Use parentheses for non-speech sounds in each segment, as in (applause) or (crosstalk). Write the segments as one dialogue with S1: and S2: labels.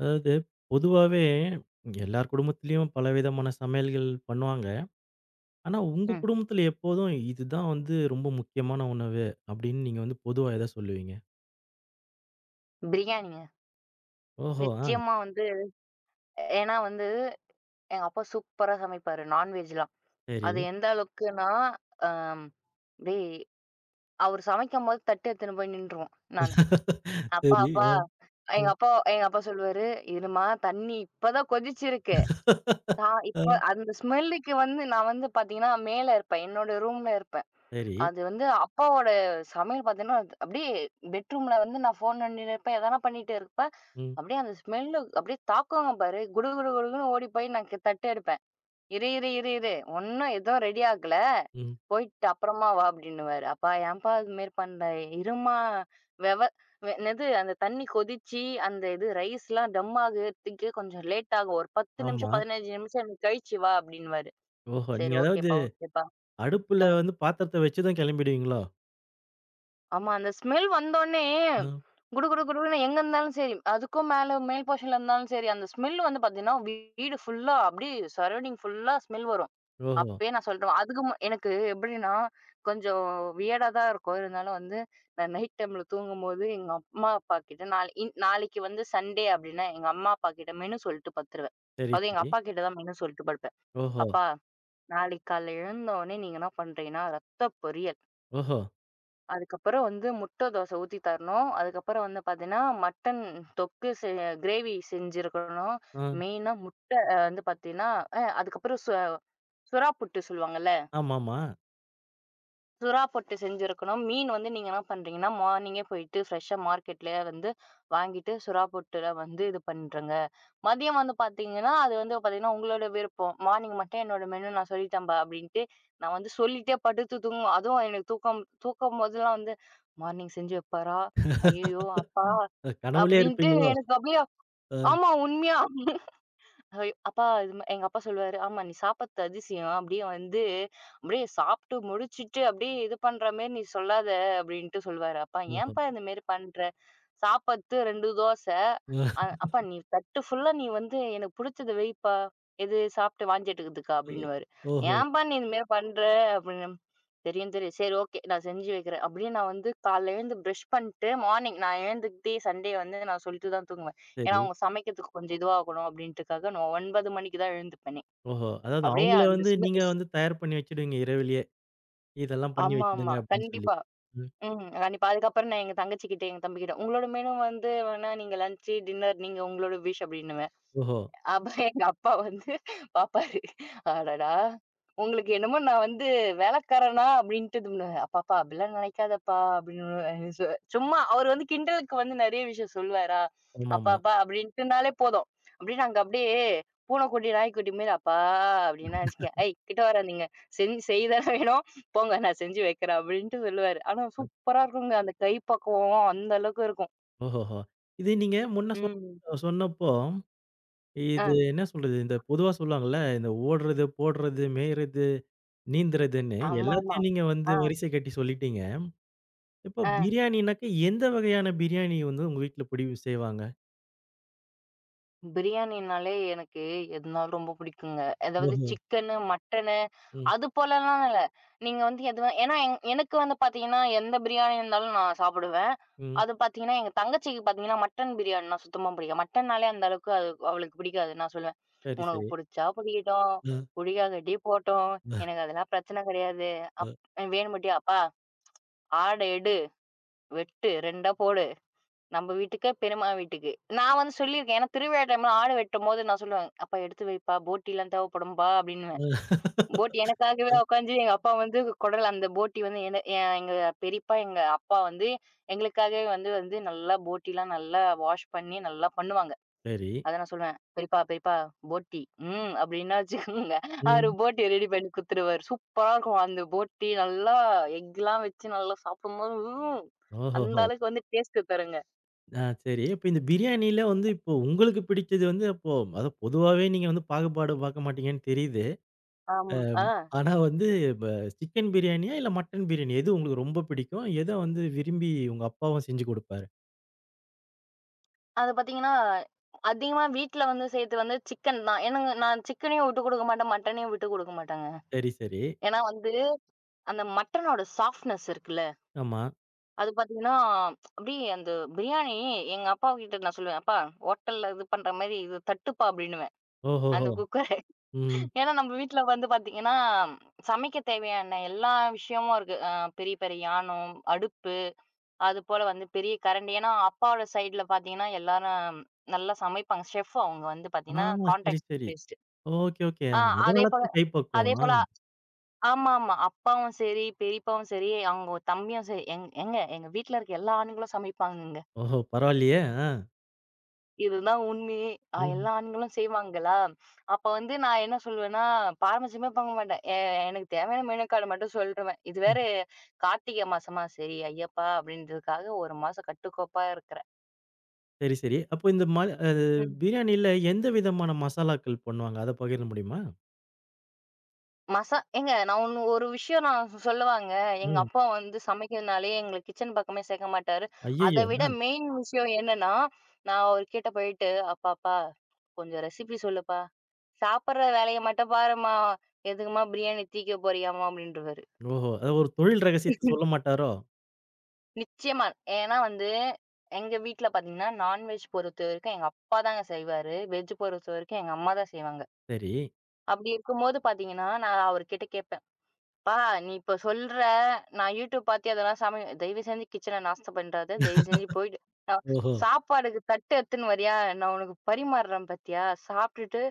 S1: அதாவது பொதுவாவே எல்லார் குடும்பத்திலயும் பலவிதமான சமையல்கள் பண்ணுவாங்க. ஆனா, உங்க
S2: ம்.
S1: குடும்பத்தில எப்போதும் இதுதான் வந்து ரொம்ப முக்கியமான உணவு அப்படின்னு நீங்க வந்து பொதுவா எத சொல்லுவீங்க?
S2: பிரியாணிங்க.
S1: ஓஹோ! ஆ
S2: நிச்சயமா வந்து ஏன்னா எங்க அப்பா சூப்பரா சமைப்பாரு. நான்வெஜ்லாம்.
S1: சரி.
S2: அது எந்த அளவுக்குன்னா, அம் டேய் அவரு சமைக்கும்போது தட்டு எடுத்துன்னு போய் நின்றுவோம் நானு.
S1: (laughs)
S2: "அப்பா,
S1: சரி. அ,
S2: அப்பா." எங்க
S1: ம்.
S2: அப்பா எங்க அப்பா சொல்லுவாரு, "இரும்மா தண்ணி இப்பதான் கொதிச்சிருக்கு." நான்
S1: அ,
S2: இப்ப அந்த ஸ்மெல்லுக்கு வந்து நான் வந்து பார்த்தீங்கன்னா, மேல இருப்பேன். என்னோட ரூம்ல இருப்பேன்.
S1: சரி.
S2: அது வந்து அப்பாவோட சமையல் பார்த்தீங்கன்னா, அது அப்படியே பெட்ரூம்ல வந்து நான் ஃபோன் நோண்டின்னு இருப்பேன். எதனா பண்ணிட்டு இருப்பேன்.
S1: ம்,
S2: அப்படியே அந்த ஸ்மெல்லு அப்படியே தாக்குங்க பாரு. குடு குடு குடுன்னு ஓடி போய் தட்டு எடுப்பேன். "இரு, இரு, இரு, இரு. ஒண்ணும் எதுவும் ரெடி ஆகல.
S1: ம்.
S2: போயிட்டு அப்புறமா வா" அப்படின்னுவாரு. "அப்பா ஏன்ப்பா இது மாரி பண்ற? இரும்மா. வெவ வெ என்னது அந்த தண்ணி கொதிச்சு, அந்த இது ரைஸ்லாம் டம் ஆகுறதுக்கே கொஞ்சம் லேட் ஆகும். ஒரு 10
S1: ஆமா.
S2: நிமிஷம், 15 நிமிஷம் எனக்கு கழிச்சு வா" அப்படின்னுவாரு.
S1: ஓஹோ! நீங்க
S2: "சரி
S1: அதாவது
S2: ஓகேப்பா, ஓகேப்பா."
S1: அடுப்புல
S2: ஆ.
S1: வந்து பாத்திரத்த வச்சுதான் கிளம்பிடுவீங்களோ?
S2: ஆமா. அந்த ஸ்மெல் வந்தோனே
S1: ம்.
S2: குடு குடு குடுன்னு எங்க இருந்தாலும் சரி, அதுக்கும் மேல மேல் போர்ஷன்ல இருந்தாலும் சரி, அந்த ஸ்மெல் வந்து பார்த்தீங்கன்னா, வீடு ஃபுல்லா அப்படியே சரௌண்டிங் ஃபுல்லா ஸ்மெல் வரும்.
S1: ஓஹோ!
S2: அப்பயே நான் சொல்றேன். அதுக்கு மு எனக்கு எப்படின்னா, கொஞ்சம் வியர்டா தான் இருக்கும். இருந்தாலும் வந்து நான் நைட் டைம்ல தூங்கும்போது எங்க அம்மா, அப்பா கிட்ட நாளைக்கு வந்து சண்டே அப்படின்னா, எங்க அம்மா, அப்பா கிட்ட மெனு சொல்லிட்டு படுத்துருவேன்.
S1: சரி,
S2: அதுவும் எங்க
S1: சரி.
S2: அப்பா கிட்ட தான் மெனு சொல்லிட்டு படுப்பேன்.
S1: ஓஹோ!
S2: "அப்பா, நாளைக்கு காலைல எழுந்தோனே நீங்க என்ன பண்றீங்கன்னா, ரத்த பொரியல்."
S1: ஓஹோ!
S2: அதுக்கப்புறம் வந்து முட்டை தோசை ஊத்தி தரணும். அதுக்கப்புறம் வந்து பார்த்தீங்கன்னா, மட்டன் தொக்கு செ கிரேவி செஞ்சிருக்கணும்.
S1: ஆ.
S2: மெயினா முட்டை அ வந்து பார்த்தீங்கன்னா, அதுக்கப்புறம் சுறா புட்டு சொல்லுவாங்கல்ல.
S1: ஆமாமா.
S2: சுறா பொட்டு செஞ்சிருக்கணும். மீன் வந்து நீங்க என்ன பண்றீங்கன்னா, மார்னிங்கே போயிட்டு ஃப்ரெஷ்ஷா மார்க்கெட்லயே வந்து வாங்கிட்டு சுறா பொட்டுல வந்து இது பண்றங்க. மதியம் வந்து பார்த்தீங்கன்னா, அது வந்து பார்த்தீங்கன்னா, உங்களோட விருப்பம். மார்னிங் மட்டும் என்னோட மெனு நான் சொல்லிட்டேன்பா அப்டின்ட்டு, நான் வந்து சொல்லிட்டே படுத்து தூங்கும் அதுவும் எனக்கு தூக்கம் தூக்கம் போதெல்லாம் வந்து, மார்னிங் செஞ்சு வைப்பாரா? ஐயய்யோ! அப்பா!
S1: அ கனவுலயே
S2: அப்டின்ட்டு
S1: இருப்பீங்களோ?
S2: எனக்கு அப்டியே.
S1: அ,
S2: ஆமா உண்மையா. ஐயோ! அப்பா இது ம எங்க அப்பா சொல்லுவாரு, "ஆமா நீ சாப்பிடுறது அதிசயம். அப்படியே வந்து அப்படியே சாப்பிட்டு முடிச்சுட்டு அப்படியே இது பண்ற மாரி நீ சொல்லாத" அப்படின்ட்டு சொல்லுவாரு. "அப்பா
S1: ஓஹோ!
S2: ஏன்ப்பா இந்த மாரி பண்ற? சாப்பாத்து 2 தோசை.
S1: ஆ,
S2: அப்பா நீ தட்டு ஃபுல்லா நீ வந்து எனக்கு புடிச்சத வைப்பா. எது சாப்பிட்டு வாந்தி எடுக்குதுக்கா" அப்படின்னுவாரு.
S1: ஓஹோ!
S2: "ஏன்ப்பா நீ இது மாரி பண்ற?" அப்படின்னு. "தெரியும் தெரியும். சரி ஓகே நான் செஞ்சு வைக்கிறேன்." அப்படியே நான் வந்து காலைல எழுந்து பிரஷ் பண்ணிட்டு மார்னிங் நான் எழுந்துக்கிட்டே சண்டே வந்து நான் சொல்லிட்டு தான் தூங்குவேன். ஏன்னா,
S1: சரி.
S2: அவங்க சமைக்கிறதுக்கு கொஞ்சம் இதுவாகணும் அப்படின்ட்டுக்காக நான் 9 மணிக்கு தான் எழுந்துப்பேனே.
S1: ஓஹோ! அதாவது
S2: அப்படியே
S1: அவங்கள
S2: அந்த
S1: வந்து
S2: ஸ்மெ
S1: நீங்க
S2: ஸ்
S1: வந்து தயார் பண்ணி வச்சுடுவீங்க இரவிலேயே. இதெல்லாம் பண்ணி வச்சுடுங்க
S2: ஆமாமா.
S1: அப்படின்னு சொல்லி.
S2: கண்டிப்பா.
S1: ம்.
S2: ம். கண்டிப்பா. அதுக்கப்புறம் நான் எங்க தங்கச்சிகிட்ட, எங்க தம்பிகிட்ட, "உங்களோட மெனு வந்து வேணா நீங்க லன்ச்சு, டின்னர் நீங்க உங்களோட விஷ்" அப்படின்னுவேன்.
S1: ஓஹோ!
S2: அப்ப எங்க அப்பா வந்து பாப்பாரு. அடடா! உங்களுக்கு என்னமோ நான் வந்து வேலைக்காரனா அப்டின்ட்டு இது பண்ணுவேன். "அப்பாப்பா அப்டிலாம் நினைக்காதப்பா" அப்படின்னு சொ சும்மா அவரு வந்து கிண்டலுக்கு வந்து நெறைய விஷயம் சொல்லுவாரா,
S1: ஆமாமா.
S2: அப்பாப்பா அப்படின்ட்டுனாலே போதும். அப்படியே நாங்க அப்படியே பூனைக்குட்டி, நாய்க்குட்டி மாரி அப்பா அப்படின்னா வச்சுக்கங்க, "ஐய் கிட்ட வராதீங்க. செய்ய தானே வேணும். போங்க நான் செஞ்சு வைக்கிறேன்" அப்படின்ட்டு சொல்லுவாரு. ஆனா சூப்பரா இருக்குங்க. அந்த கை பக்குவம் அந்த அளவுக்கு இருக்கும்.
S1: ஓஹோஹோ! இது நீங்க முன்ன
S2: ம்.
S1: சொன்னப்போ,
S2: ஆ.
S1: இது என்ன சொல்றது, இந்த பொதுவா சொல்லுவாங்கல்ல, இந்த ஓடுறது, போடுறது, மேய்றது, நீந்துறதுன்னு
S2: ஆமாமா.
S1: எல்லாத்தையும் நீங்க வந்து
S2: ஆ,
S1: வரிசை கட்டி சொல்லிட்டீங்க. இப்ப
S2: ஆ.
S1: பிரியாணினாக்க எந்த வகையான பிரியாணி வந்து உங்க வீட்ல பிடி செய்வாங்க?
S2: பிரியாணினாலே எனக்கு எதுனாலும் ரொம்ப பிடிக்குங்க. அதாவது
S1: ஓஹோ!
S2: சிக்கனு, மட்டனு
S1: ம்.
S2: அது போலலாம் இல்ல. நீங்க வந்து எதுவா ஏன்னா எனக்கு வந்து பார்த்தீங்கன்னா, எந்த பிரியாணி இருந்தாலும் நான் சாப்பிடுவேன்.
S1: ம்.
S2: அது பார்த்தீங்கன்னா, எங்க தங்கச்சிக்கு பார்த்தீங்கன்னா, மட்டன் பிரியாணினா சுத்தமா பிடிக்காது. மட்டன்னாலே அந்த அளவுக்கு அது அவளுக்கு பிடிக்காது. நான் சொல்லுவேன்,
S1: சரி,
S2: "உனக்கு
S1: சரி.
S2: புடிச்சா பிடிக்கட்டும்,
S1: அ,
S2: புடிக்காதட்டி போட்டும்.
S1: அ,
S2: எனக்கு அதெல்லாம் பிரச்சனை கிடையாது.
S1: அ,
S2: அப் வேணும்பாட்டி அப்பா ஆட எடு, வெட்டு 2ஆ போடு." நம்ம வீட்டுக்கு, பெரியம்மா வீட்டுக்கு. நான் வந்து சொல்லியிருக்கேன். ஏன்னா திருவிழா டைம்ல ஆடு வெட்டும்போது நான் சொல்லுவேன். "அப்பா எடுத்து வைப்பா, போட்டிலாம் தேவைப்படும்பா" அப்டின்னுவேன். போட்டி எனக்காகவே
S1: அ.
S2: உட்காந்து எங்க அப்பா வந்து குடல் அந்த போட்டி வந்து என எ எங்க பெரியப்பா, எங்க அப்பா வந்து எங்களுக்காகவே வந்து வந்து நல்லா போட்டிலாம் நல்லா வாஷ் பண்ணி நல்லா பண்ணுவாங்க.
S1: சரி.
S2: அத நான் சொல்லுவேன். "பெரியப்பா, பெரியப்பா போட்டி, ம்" அப்டின்னா வச்சுக்கோங்க. அவரு
S1: ம்.
S2: போட்டிய ரெடி பண்ணி குடுத்துருவாரு. சூப்பரா இருக்கும். அந்த போட்டி நல்லா எக்லாம் வச்சு நல்லா சாப்பிடும்போது, ம், அந்த
S1: ஓஹோஹோ!
S2: அளவுக்கு வந்து டேஸ்ட்டு தருங்க.
S1: ஆ சரி. இப்ப இந்த பிரியாணில வந்து இப்போ உங்களுக்கு பிடிச்சது வந்து அப்போ அத பொதுவாவே நீங்க வந்து பாகுபாடு பார்க்க மாட்டீங்கன்னு தெரியுது.
S2: ஆமா.
S1: அம்
S2: ஆ.
S1: ஆனா வந்து ப சிக்கன் பிரியாணியா? இல்ல மட்டன் பிரியாணி எது உங்களுக்கு ரொம்ப பிடிக்கும்? எத வந்து விரும்பி உங்க அப்பாவும் செஞ்சு குடுப்பாரு?
S2: அது பாத்தீங்கன்னா, அதிகமா வீட்ல வந்து செய்றது வந்து சிக்கன் தான். ஏன்னாங்க நான் சிக்கனையும் விட்டு குடுக்க மாட்டேன், மட்டனையும் விட்டு குடுக்க மாட்டேங்க.
S1: சரி, சரி.
S2: ஏன்னா வந்து அந்த மட்டனோட சாஃப்ட்னஸ் இருக்குல்ல,
S1: ஆமா.
S2: அது பாத்தீங்கன்னா, அப்படியே அந்த பிரியாணி எங்க அப்பாகிட்ட நான் சொல்லுவேன், "அப்பா ஹோட்டல்ல இது பண்ற மாரி இது தட்டுப்பா" அப்படின்னுவேன்.
S1: ஓஹோஹோ!
S2: அந்த குக்கர.
S1: ம்.
S2: ஏன்னா நம்ம வீட்ல வந்து பாத்தீங்கன்னா, சமைக்க தேவையான எல்லா விஷயமும் இருக்கு. பெரிய பெரிய யானம், அடுப்பு, அதுபோல வந்து பெரிய கரண்டி. ஏன்னா, அப்பாவோட சைட்ல பார்த்தீங்கன்னா, எல்லாரும் நல்லா சமைப்பாங்க. செஃப் அவங்க வந்து
S1: ஆ
S2: பார்த்தீங்கன்னா,
S1: சரி,
S2: கான்ட்ராக்ட்
S1: சரி.
S2: பேஸ்டு.
S1: Okay, okay.
S2: ஆ.
S1: அதனால
S2: அதேபோல
S1: தான் கைப்பக்குவம். ஆ.
S2: அதேபோல ஆமாமா. அப்பாவும் சரி, பெரியப்பாவும் சரி, அவங்க தம்பியும் சரி, எங்க வீட்ல இருக்க எல்லா ஆண்களும் சமைப்பாங்கங்க.
S1: ஓஹோ! பரவாயில்லையே! ஆ.
S2: இதுதான் உண்மையே. அ
S1: ம்.
S2: எல்லா ஆண்களும் செய்வாங்களா? அப்ப வந்து நான் என்ன சொல்வேன்னா, பாரம்பரியமே பார்க்க மாட்டேன். எனக்கு தேவையான மெனு கார்டு மட்டும் சொல்ருவேன். இது
S1: ம்.
S2: வேற கார்த்திகை மாசமா, சரி ஐயப்பா! அப்படின்றதுக்காக 1 மாசம் கட்டுக்கோப்பா இருக்கிறேன்.
S1: சரி, சரி. அப்போ இந்த ம அ
S2: ம்.
S1: பிரியாணில எந்த விதமான மசாலாக்கள் பண்ணுவாங்க? அத பகிர முடியுமா?
S2: ஏங்க நான் ஒண்ணு ஒரு விஷயம் நான் சொல்லவாங்க. எங்க
S1: ம்.
S2: அப்பா வந்து சமைக்கிறதுனாலே எங்கள கிச்சன் பக்கமே சேர்க்க மாட்டாரு.
S1: ஐய்யயோ!
S2: அத விட மெயின் விஷயம் என்னன்னா, நான் அவர்கிட்ட போயிட்டு, "அப்பாப்பா கொஞ்சம் ரெசிபி சொல்லுப்பா. சாப்படுற வேலைய மட்டும் பாரும்மா. எதுக்கும்மா பிரியாணி தீக்க போறியாம்மா?" அப்படின்றவாரு.
S1: ஓஹோ! அது ஒரு தொழில் ரகசியத்த சொல்ல மாட்டாரோ?
S2: நிச்சயமா. ஏன்னா வந்து எங்க வீட்ல பார்த்தீங்கன்னா, நான்வெஜ் பொறுத்தவரைக்கும் எங்க அப்பா தாங்க செய்வாரு. வெஜ் பொறுத்தவரைக்கும் எங்க அம்மா தான் செய்வாங்க.
S1: சரி.
S2: அப்படி இருக்கும்போது பார்த்தீங்கன்னா, நான் அவர்கிட்ட கேட்பேன். "அப்பா, நீ இப்ப சொல்ற, நான் YouTube பாத்து அதெல்லாம் சமைய தயவு செஞ்சு கிச்சன நாஸ்தி பண்றாத. தயவு செஞ்சு போயிட்டு அ
S1: ஓஹோ!
S2: சாப்பாடுக்கு தட்டு எடுத்துன்னு வரியா? நான் உனக்கு பரிமாறுறேன் பாத்தியா? சாப்ட்டுட்டு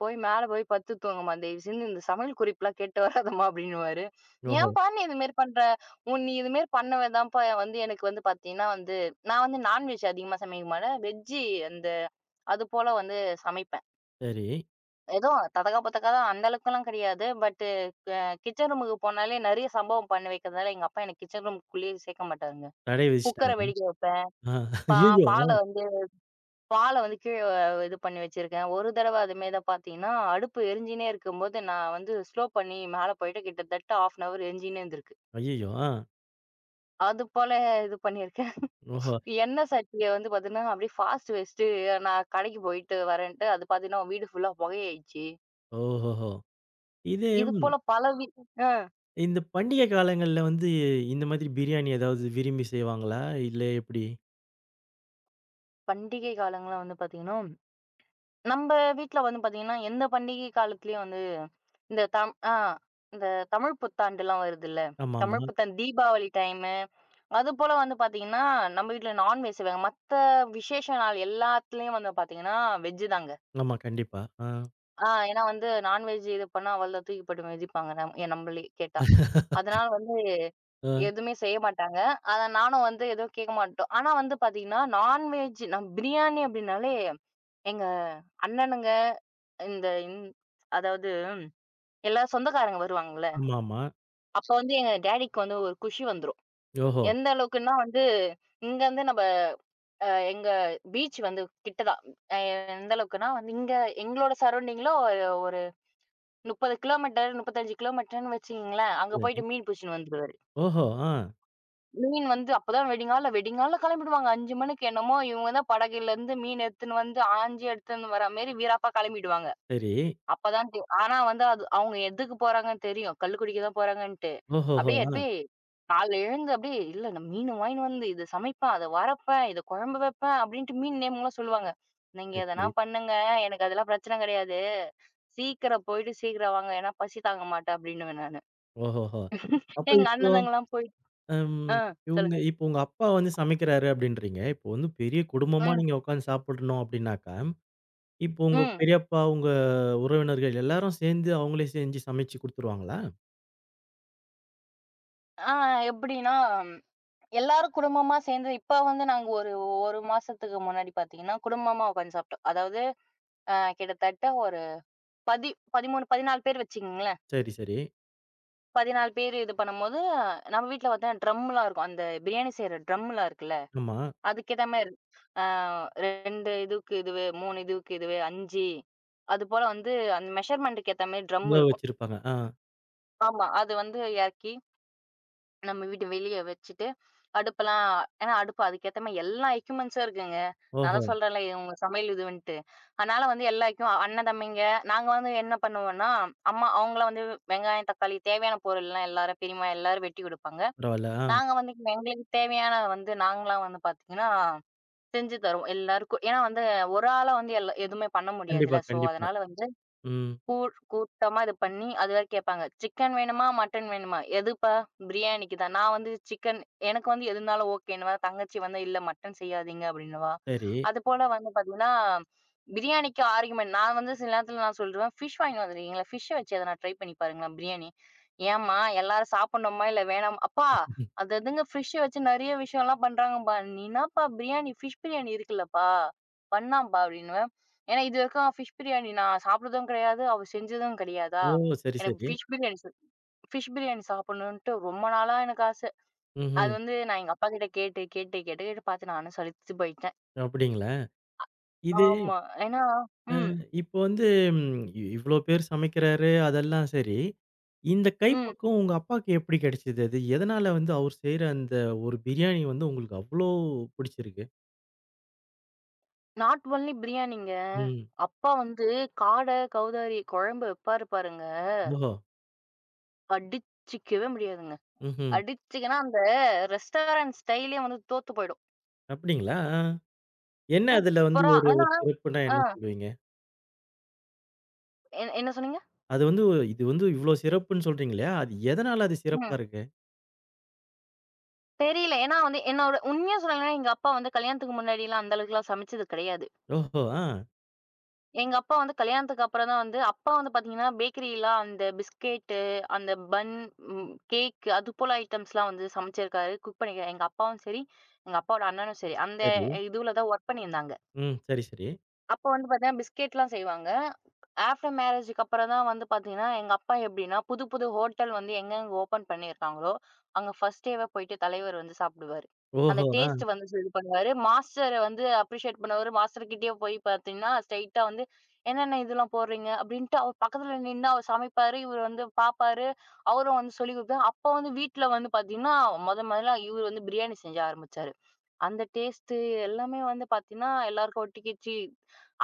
S2: போய் மேல போய் படுத்து தூங்கும்மா. தயவு செஞ்சு இந்த சமையல் குறிப்புலாம் கேட்டு வராதம்மா" அப்டின்னுவாரு.
S1: ஓஹோ!
S2: ஏன்பா நீ இது மாரி பண்ற? நீ இது மாரி பண்ணவே தான்ப்பா வந்து எனக்கு வந்து பாத்தீங்கன்னா வந்து நான் வந்து நான்வெஜ் அதிகமா சமைக்க மாட்டேன். வெஜ்ஜி அந்த அது போல வந்து சமைப்பேன்.
S1: சரி.
S2: ஏதோ ததகா புதகா தான் அந்த அளவுக்குலாம் கிடையாது. பட்டு அ கிச்சன் ரூமுக்கு போனாலே நெறைய சம்பவம் பண்ணி வைக்கிறதால, எங்க அப்பா எனக்கு கிச்சன் ரூம்க்குள்ளேயே சேர்க்க மாட்டாருங்க.
S1: தடை
S2: குக்கர
S1: விதிச்சுட்டாங்க.
S2: வெடிக்க வைப்பேன்.
S1: ஆ.
S2: பா
S1: ஐய்யய்யோ!
S2: பால
S1: ஆ.
S2: வந்து பால வந்து கீழ இது பண்ணி வச்சிருக்கேன். ஒரு தடவ அதுமாரி தான் பார்த்தீங்கன்னா, அடுப்பு எரிஞ்சுனே இருக்கும்போது, நான் வந்து ஸ்லோ பண்ணி மேல போயிட்டு கிட்டத்தட்ட 1/2 எரிஞ்சுனே இருந்திருக்கு.
S1: ஐய்யய்யோ! ஆ.
S2: அது போல இது பண்ணியிருக்கேன்.
S1: ஓஹோ!
S2: எண்ணெய் சட்டிய வந்து பார்த்தீங்கன்னா, அப்படியே ஃபாஸ்ட் வச்சுட்டு நான் கடைக்கு போயிட்டு வரேன்ட்டு, அது பார்த்தீங்கன்னா வீடு ஃபுல்லா புகையாயிடுச்சு.
S1: ஓஹோஹோ! இதே
S2: இது
S1: ம்
S2: போல பல வி அ.
S1: இந்த பண்டிகை காலங்கள்ல வந்து இந்த மாதிரி பிரியாணி ஏதாவது விரும்பி செய்வாங்களா? இல்ல எப்படி?
S2: பண்டிகை காலங்கள்லாம் வந்து பார்த்தீங்கன்னா, நம்ப வீட்ல வந்து பார்த்தீங்கன்னா, எந்த பண்டிகை காலத்துலயும் வந்து இந்த தம் ஆ இந்த தமிழ் புத்தாண்டுலாம் வருதுல்ல. தமிழ்
S1: ஆமாமா.
S2: புத்தாண்டு தீபாவளி டைமு, அதுபோல வந்து பார்த்தீங்கன்னா, நம்ம வீட்ல நான்வெஜ் செய்வாங்க. மத்த விசேஷ நாள் எல்லாத்துலயும் வந்து பார்த்தீங்கன்னா, வெஜ் தாங்க.
S1: ஆமா. கண்டிப்பா. ஆ.
S2: ஆ ஏன்னா வந்து நான்வெஜ் இது பண்ணா அவ்வளதான் தூக்கி போட்டு மிதிப்பாங்க நம்மளயே கேட்டா. அதனால வந்து
S1: ஆ.
S2: எதுவுமே செய்ய மாட்டாங்க. அத நானும் வந்து எதுவும் கேட்க மாட்டோம். ஆனா வந்து பார்த்தீங்கன்னா, நான்வெஜ் நம் பிரியாணி அப்படின்னாலே எங்க அண்ணனுங்க, இந்த இந் அதாவது எல்லா சொந்தக்காரங்க வருவாங்கல்ல.
S1: ஆமாமா.
S2: அப்ப வந்து எங்க டாடிக்கு வந்து ஒரு குஷி வந்துரும்.
S1: ஓஹோ!
S2: எந்த அளவுக்குன்னா வந்து, இங்கருந்து நம்ப அ எங்க பீச் வந்து கிட்ட தான். அ எந்த அளவுக்குன்னா வந்து இங்க எங்களோட சரவுண்டிங்ல ஒரு ஒரு 30 கிலோமீட்டர், 35 கிலோமீட்டர்ன்னு வச்சுக்கங்களேன். அங்க
S1: சரி.
S2: போயிட்டு மீன் புடிச்சுன்னு வந்துருவாரு.
S1: ஓஹோ! ஆ.
S2: மீன் வந்து அப்பதான் வெடிங்கால வெடிங்கால கெளம்பிடுவாங்க. 5 மணிக்கு என்னமோ இவங்க தான் படகுலேருந்து மீன் எடுத்துன்னு வந்து, ஆஞ்சு எடுத்துன்னு வர மாரி வீராப்பா கெளம்பிடுவாங்க.
S1: சரி.
S2: அப்பதான் தெ ஆனா வந்து அது அவங்க எதுக்கு போறாங்கன்னு தெரியும். கல்லு குடிக்க தான் போறாங்கன்ட்டு.
S1: ஓஹோஹோ!
S2: அப்படியே
S1: ஆ.
S2: அப்படியே காலைல எழுந்து அப்படியே "இல்ல நான் மீன் வாங்கின்னு வந்து இத சமைப்பேன், அத வறுப்பேன், இத குழம்பு வைப்பேன்" அப்படின்ட்டு மீன் நேம்லாம் சொல்லுவாங்க. "நீங்க
S1: சரி,
S2: எதனா
S1: சரி.
S2: பண்ணுங்க. எனக்கு அதெல்லாம் பிரச்சனை கிடையாது. சீக்கிரம் போயிட்டு சீக்கிரம் வாங்க. ஏன்னா பசி தாங்க மாட்டேன்" அப்படின்னுவேன் நானு.
S1: ஓஹோஹோ! அப்ப
S2: எங்க
S1: இப்போ
S2: அண்ணனுங்கலாம் போய்.
S1: அம்.
S2: ஆ.
S1: இவுங்க
S2: சொல்லுங்க.
S1: இப்போ உங்க அப்பா வந்து சமைக்கிறாரு அப்டின்றீங்க. இப்போ வந்து பெரிய குடும்பமா
S2: ம்,
S1: நீங்க உட்காந்து சாப்பிடணும் அப்டின்னாக்கா, இப்போ உங்க
S2: ம்.
S1: பெரியப்பா, உங்க உறவினர்கள் எல்லாரும் சேர்ந்து அவங்களே செஞ்சு சமைச்சு குடுத்துருவாங்களா?
S2: ஆ எப்படின்னா, ம், எல்லாரும் குடும்பமா சேர்ந்து இப்ப வந்து நாங்க ஒரு 1 மாசத்துக்கு முன்னாடி பார்த்தீங்கன்னா, குடும்பமா உட்காந்து சாப்பிட்டோம். அதாவது கிட்டத்தட்ட ஒரு பதி 13, 14 பேர் வச்சுக்கங்களேன்.
S1: சரி, சரி.
S2: 14 பேர் இது பண்ணும்போது, நம்ம வீட்ல பார்த்தீங்கன்னா ட்ரம்லாம் இருக்கும். அந்த பிரியாணி செய்ற ட்ரம்லாம் இருக்குல்ல,
S1: ஆமா.
S2: அதுக்கேத்த மாரி ஆ 2 இதுக்கு இதுவு, 3 இதுவுக்கு இதுவு, 5 அதுபோல வந்து அந்த மெஷர்மென்ட்க்கு ஏத்த மாரி ட்ரம்
S1: அளவு
S2: இருக்கும்.
S1: வச்சிருப்பாங்க. ஆ.
S2: ஆமா. அது வந்து எறக்கி நம்ம வீட்டு வெளிய வச்சுட்டு, அடுப்பெல்லாம் ஏன்னா அடுப்பு அதுக்கேத்த மாரி எல்லா எக்யூப்மெண்ட்ஸும் இருக்குங்க. நான்
S1: ஓஹோ!
S2: தான் சொல்றேன்ல, இவங்க சமையல் இதுவன்ட்டு. அதனால வந்து எல்லா எக்யூ அண்ணன், தம்பிங்க நாங்க வந்து என்ன பண்ணுவோம்னா, அம்மா அவங்கள வந்து வெங்காயம், தக்காளி தேவையான பொருள்லாம் எல்லாரும் பெரியம்மா எல்லாரும் வெட்டி குடுப்பாங்க.
S1: பரவால்ல. ஆ.
S2: நாங்க வந்து எங்களுக்கு தேவையான வந்து நாங்களா வந்து பாத்தீங்கன்னா, செஞ்சு தருவோம் எல்லாருக்கும். ஏன்னா வந்து ஒரு ஆளா வந்து எல்லா எதுவுமே பண்ண
S1: கண்டிப்பா,
S2: முடியாதுல்ல. ஸோ
S1: கண்டிப்பா.
S2: அதனால வந்து
S1: ம்.
S2: கூழ் கூட்டமா இது பண்ணி அது வேற கேட்பாங்க. "சிக்கன் வேணுமா? மட்டன் வேணுமா?" "எதுப்பா?" "பிரியாணிக்கு தான்." நான் வந்து சிக்கன் எனக்கு வந்து எது இருந்தாலும் ஓகேன்னுவேன். தங்கச்சி வந்து "இல்ல மட்டன் செய்யாதீங்க" அப்படின்னுவா.
S1: சரி.
S2: அதுபோல வந்து பார்த்தீங்கன்னா, பிரியாணிக்கு ஆர்குமென்ட் நான் வந்து சில நேரத்தில நான் சொல்ருவேன், "ஃபிஷ் வாங்கிட்டு வந்துருக்கீங்களா? ஃபிஷ் வச்சு எதனா ட்ரை பண்ணி பாருங்களேன் பிரியாணி." "ஏம்மா எல்லாரும் சாப்பிடணுமா? இல்ல வேணாமா?" "அப்பா அது அதுங்க ஃபிஷ் வச்சு நெறைய விஷயம்லாம் பண்றாங்கப்பா. நீ என்னப்பா பிரியாணி ஃபிஷ் பிரியாணி இருக்குல்லப்பா, பண்ணலாம்ப்பா" அப்படின்னுவேன். ஏன்னா இதுவரைக்கும் ஃபிஷ் பிரியாணி நான் சாப்பிட்டதும் கிடையாது. அவ செஞ்சதும் கிடையாதா.
S1: ஓ! சரி,
S2: எனக்கு
S1: சரி.
S2: ஃபிஷ் பிரியாணி சு ஃபிஷ் பிரியாணி சாப்பிடணுன்ட்டு ரொம்ப நாளா எனக்கு ஆசை. அது
S1: ம்ஹ்ம்.
S2: வந்து நான் எங்க அப்பா கிட்ட கேட்டு, கேட்டு, கேட்டு, கேட்டு பார்த்து நானும் சலித்து போயிட்டேன்.
S1: அப்டிங்களா? இது
S2: ஆமா. ஏன்னா ம்,
S1: இப்போ வந்து ம், இவ்ளோ பேர் சமைக்கிறாரு, அதெல்லாம் சரி. இந்த
S2: ம்.
S1: கைப்பக்குவம் உங்க அப்பாக்கு எப்படி கிடைச்சது அது? எதனால வந்து அவர் செய்ற அந்த ஒரு பிரியாணி வந்து உங்களுக்கு அவ்ளோ பிடிச்சிருக்கு?
S2: நாட் ஒன்லி பிரியாணிங்க.
S1: ம்.
S2: அப்பா வந்து காட, கௌதாரி குழம்பு வைப்பாரு பாருங்க.
S1: ஓஹோ!
S2: அடிச்சுக்கவே முடியாதுங்க.
S1: ம்ஹ்ம்.
S2: அடிச்சுக்கன்னா அந்த ரெஸ்டாரண்ட் ஸ்டைலே வந்து தோத்து போயிடும்.
S1: அப்படிங்களா? ஆ. என்ன அதுல வந்து
S2: சூப்பரா
S1: ஒரு ஒரு
S2: ஆனா
S1: சிறப்புன்னா
S2: ஆ
S1: என்ன சொல்லுவீங்க?
S2: என்ன என்ன சொன்னீங்க?
S1: அது வந்து ஒரு- இது வந்து இவ்ளோ சிறப்புன்னு சொல்றீங்க இல்லையா? அது எதனால அது சிறப்பா
S2: ம்.
S1: இருக்கு?
S2: தெரியல. ஏன்னா வந்து என்னோட உண்மையா சொல்லணும்னா, எங்க அப்பா வந்து கல்யாணத்துக்கு முன்னாடிலாம் அந்த அளவுக்குலாம் சமைச்சது கிடையாது.
S1: ஓஹோ! ஆ.
S2: எங்க அப்பா வந்து கல்யாணத்துக்கு அப்புறம் தான் வந்து அப்பா வந்து பார்த்தீங்கன்னா, பேக்கரில அந்த பிஸ்கெட்டு, அந்த பன், ம் கேக்கு அது போல ஐட்டம்ஸ்லாம் வந்து சமைச்சிருக்காரு. குக் பண்ணியிருக்காரு. எங்க அப்பாவும் சரி, எங்க அப்பாவோட அண்ணனும் சரி, அந்த
S1: சரி.
S2: இதுல தான் வொர்க் பண்ணியிருந்தாங்க.
S1: ம். சரி, சரி.
S2: அப்ப வந்து பார்த்தீங்கன்னா, பிஸ்கெட்லாம் செய்வாங்க. ஆஃப்டர் மேரேஜுக்கு அப்புறம் தான் வந்து பார்த்தீங்கன்னா, எங்க அப்பா எப்படின்னா, புது புது ஹோட்டல் வந்து எங்கெங்க ஓப்பன் பண்ணியிருக்காங்களோ, அங்க ஃபர்ஸ்ட் டேவே போயிட்டு தலைவர் வந்து சாப்பிடுவாரு. அந்த
S1: ஓஹோ! ஆ.
S2: டேஸ்ட் வந்து இது பண்ணுவாரு. மாஸ்டர வந்து அப்ரிஷியேட் பண்ணுவாரு. மாஸ்டர் கிட்டயே போய் பார்த்தீங்கன்னா, ஸ்ட்ரெயிட்டா வந்து, "என்னென்ன இதெல்லாம் போடுறீங்க?" அப்படின்ட்டு அவர் பக்கத்துல நின்னு அவர் சமைப்பாரு. இவரு வந்து பார்ப்பாரு. அவரும் வந்து சொல்லிக் குடுப்பாரு. அப்ப வந்து வீட்ல வந்து பார்த்தீங்கன்னா, மொதல்ல இவரு வந்து பிரியாணி செஞ்ச ஆரம்பிச்சாரு. அந்த டேஸ்ட்டு எல்லாமே வந்து பார்த்தீங்கன்னா, எல்லாருக்கும் ஒட்டிக்கிச்சு.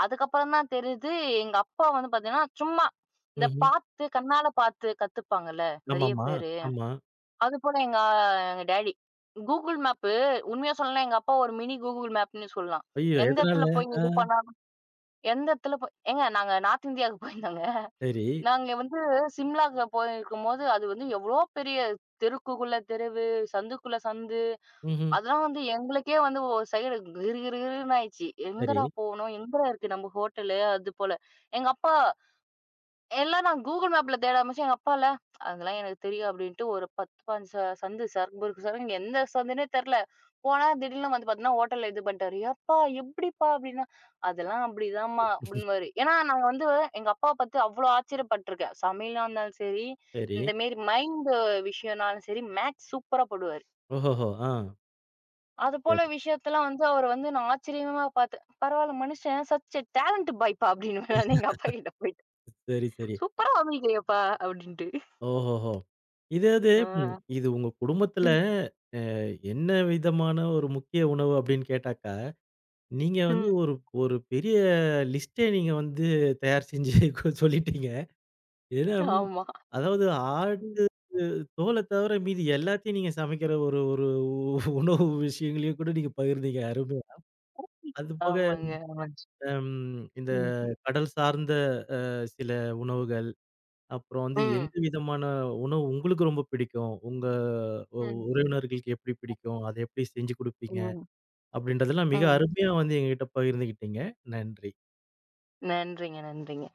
S2: அதுக்கப்புறம் தான் தெரியுது, எங்க அப்பா வந்து பார்த்தீங்கன்னா, சும்மா இந்த
S1: ம்ஹ்ம்.
S2: பார்த்து கண்ணால பார்த்து கத்துப்பாங்கல்ல நெறைய
S1: ஆமாமா.
S2: பேரு.
S1: ஆமா.
S2: அதுபோல எங்க எங்க டாடி. கூகுள் மேப்பு உண்மையா சொல்லணும்னா எங்க அப்பா ஒரு மினி கூகுள் மேப்ன்னு சொல்லலாம்.
S1: ஐயோ!
S2: எந்த
S1: எதனால?
S2: இடத்துல போய்
S1: ஆ.
S2: இது பண்ணாலும் எந்த இடத்துல போய் ஏங்க நாங்க நார்த் இந்தியாவுக்கு போயிருந்தோங்க.
S1: சரி.
S2: நாங்க வந்து சிம்லாக்கு போயிருக்கும்போது, அது வந்து எவ்வளோ பெரிய தெருக்குக்குள்ள தெருவு, சந்துக்குள்ள சந்து.
S1: ம்ஹ்ம்.
S2: அதெல்லாம் வந்து எங்களுக்கே வந்து ஒரு சைடு கிறு கிறு கிறுன்னு ஆயிடுச்சு.
S1: சரி,
S2: எங்கடா போகணும்? எங்கடா இருக்கு நம்ம ஹோட்டலு? அது போல. எங்க அப்பா எல்லாம் நான் Google மேப்ல தேட ஆரம்பிச்சேன். எங்க அப்பா இல்ல, "அதெல்லாம் எனக்கு தெரியும்" அப்படின்ட்டு ஒரு 10, 15 சந்து சர்க்கு சருக்குன்னு எந்த சந்துன்னே தெரியல. போனா திடீர்னு வந்து பார்த்தீங்கன்னா, ஹோட்டல்ல இது பண்ணிட்டாரு. "ஏப்பா எப்படிப்பா?" அப்படின்னா, "அதெல்லாம் அப்படிதாம்மா" அப்படின்னுவாரு. ஏன்னா நான் வந்து எங்க அப்பாவ பார்த்து அவ்வளோ ஆச்சரியப்பட்டுருக்கேன். சமையலா இருந்தாலும் சரி,
S1: சரி.
S2: இந்த மாரி மைண்ட் விஷயம்னாலும் சரி, மேத்ஸ் சூப்பரா போடுவாரு.
S1: ஓஹோஹோ! ஆ.
S2: அதுபோல
S1: சரி,
S2: விஷயத்தலாம் வந்து அவர வந்து நான் ஆச்சரியமா பார்த்தேன். "பரவாயில்ல மனுஷன் சச் எ டேலண்ட் பாய்ப்பா" அப்படின்னுவேன் நானு எங்க அப்பா கிட்ட போயிட்டு.
S1: சரி, சரி.
S2: "சூப்பரா சமைக்கிறியேப்பா" அப்படின்ட்டு.
S1: ஓஹோஹோ! இதாவது ம்
S2: ஆ.
S1: இது உங்க குடும்பத்துல
S2: ம்.
S1: என்ன விதமான ஒரு முக்கிய உணவு அப்படின்னு கேட்டாக்கா, நீங்க வந்து
S2: ம்.
S1: ஒரு ஒரு பெரிய லிஸ்ட்டே நீங்க வந்து தயார் செஞ்சு (laughs) சொல்லிட்டீங்க. ஏன்னா,
S2: ஆமா.
S1: அதாவது
S2: ம்.
S1: ஆட்டு தோல தவிர மீதி எல்லாத்தையும் நீங்க சமைக்கிற ஒரு ஒரு உணவு விஷயங்களையும் கூட நீங்க பகிர்ந்தீங்க. அருமையா. அது போக,
S2: ஆமாங்க. ஆமாங்க.
S1: அம் இந்த
S2: ம்.
S1: கடல் சார்ந்த சில உணவுகள். அப்புறம் வந்து
S2: ம்.
S1: எந்த விதமான உணவு உங்களுக்கு ரொம்ப பிடிக்கும்? உங்க உ
S2: ம்.
S1: உறவினர்களுக்கு எப்படி பிடிக்கும்? அத எப்படி செஞ்சு குடுப்பீங்க?
S2: ம்.
S1: அப்படின்றதெல்லாம் மிக
S2: ம்.
S1: அருமையா வந்து எங்ககிட்ட பகிர்ந்துகிட்டீங்க. நன்றி.
S2: நன்றிங்க, நன்றிங்க.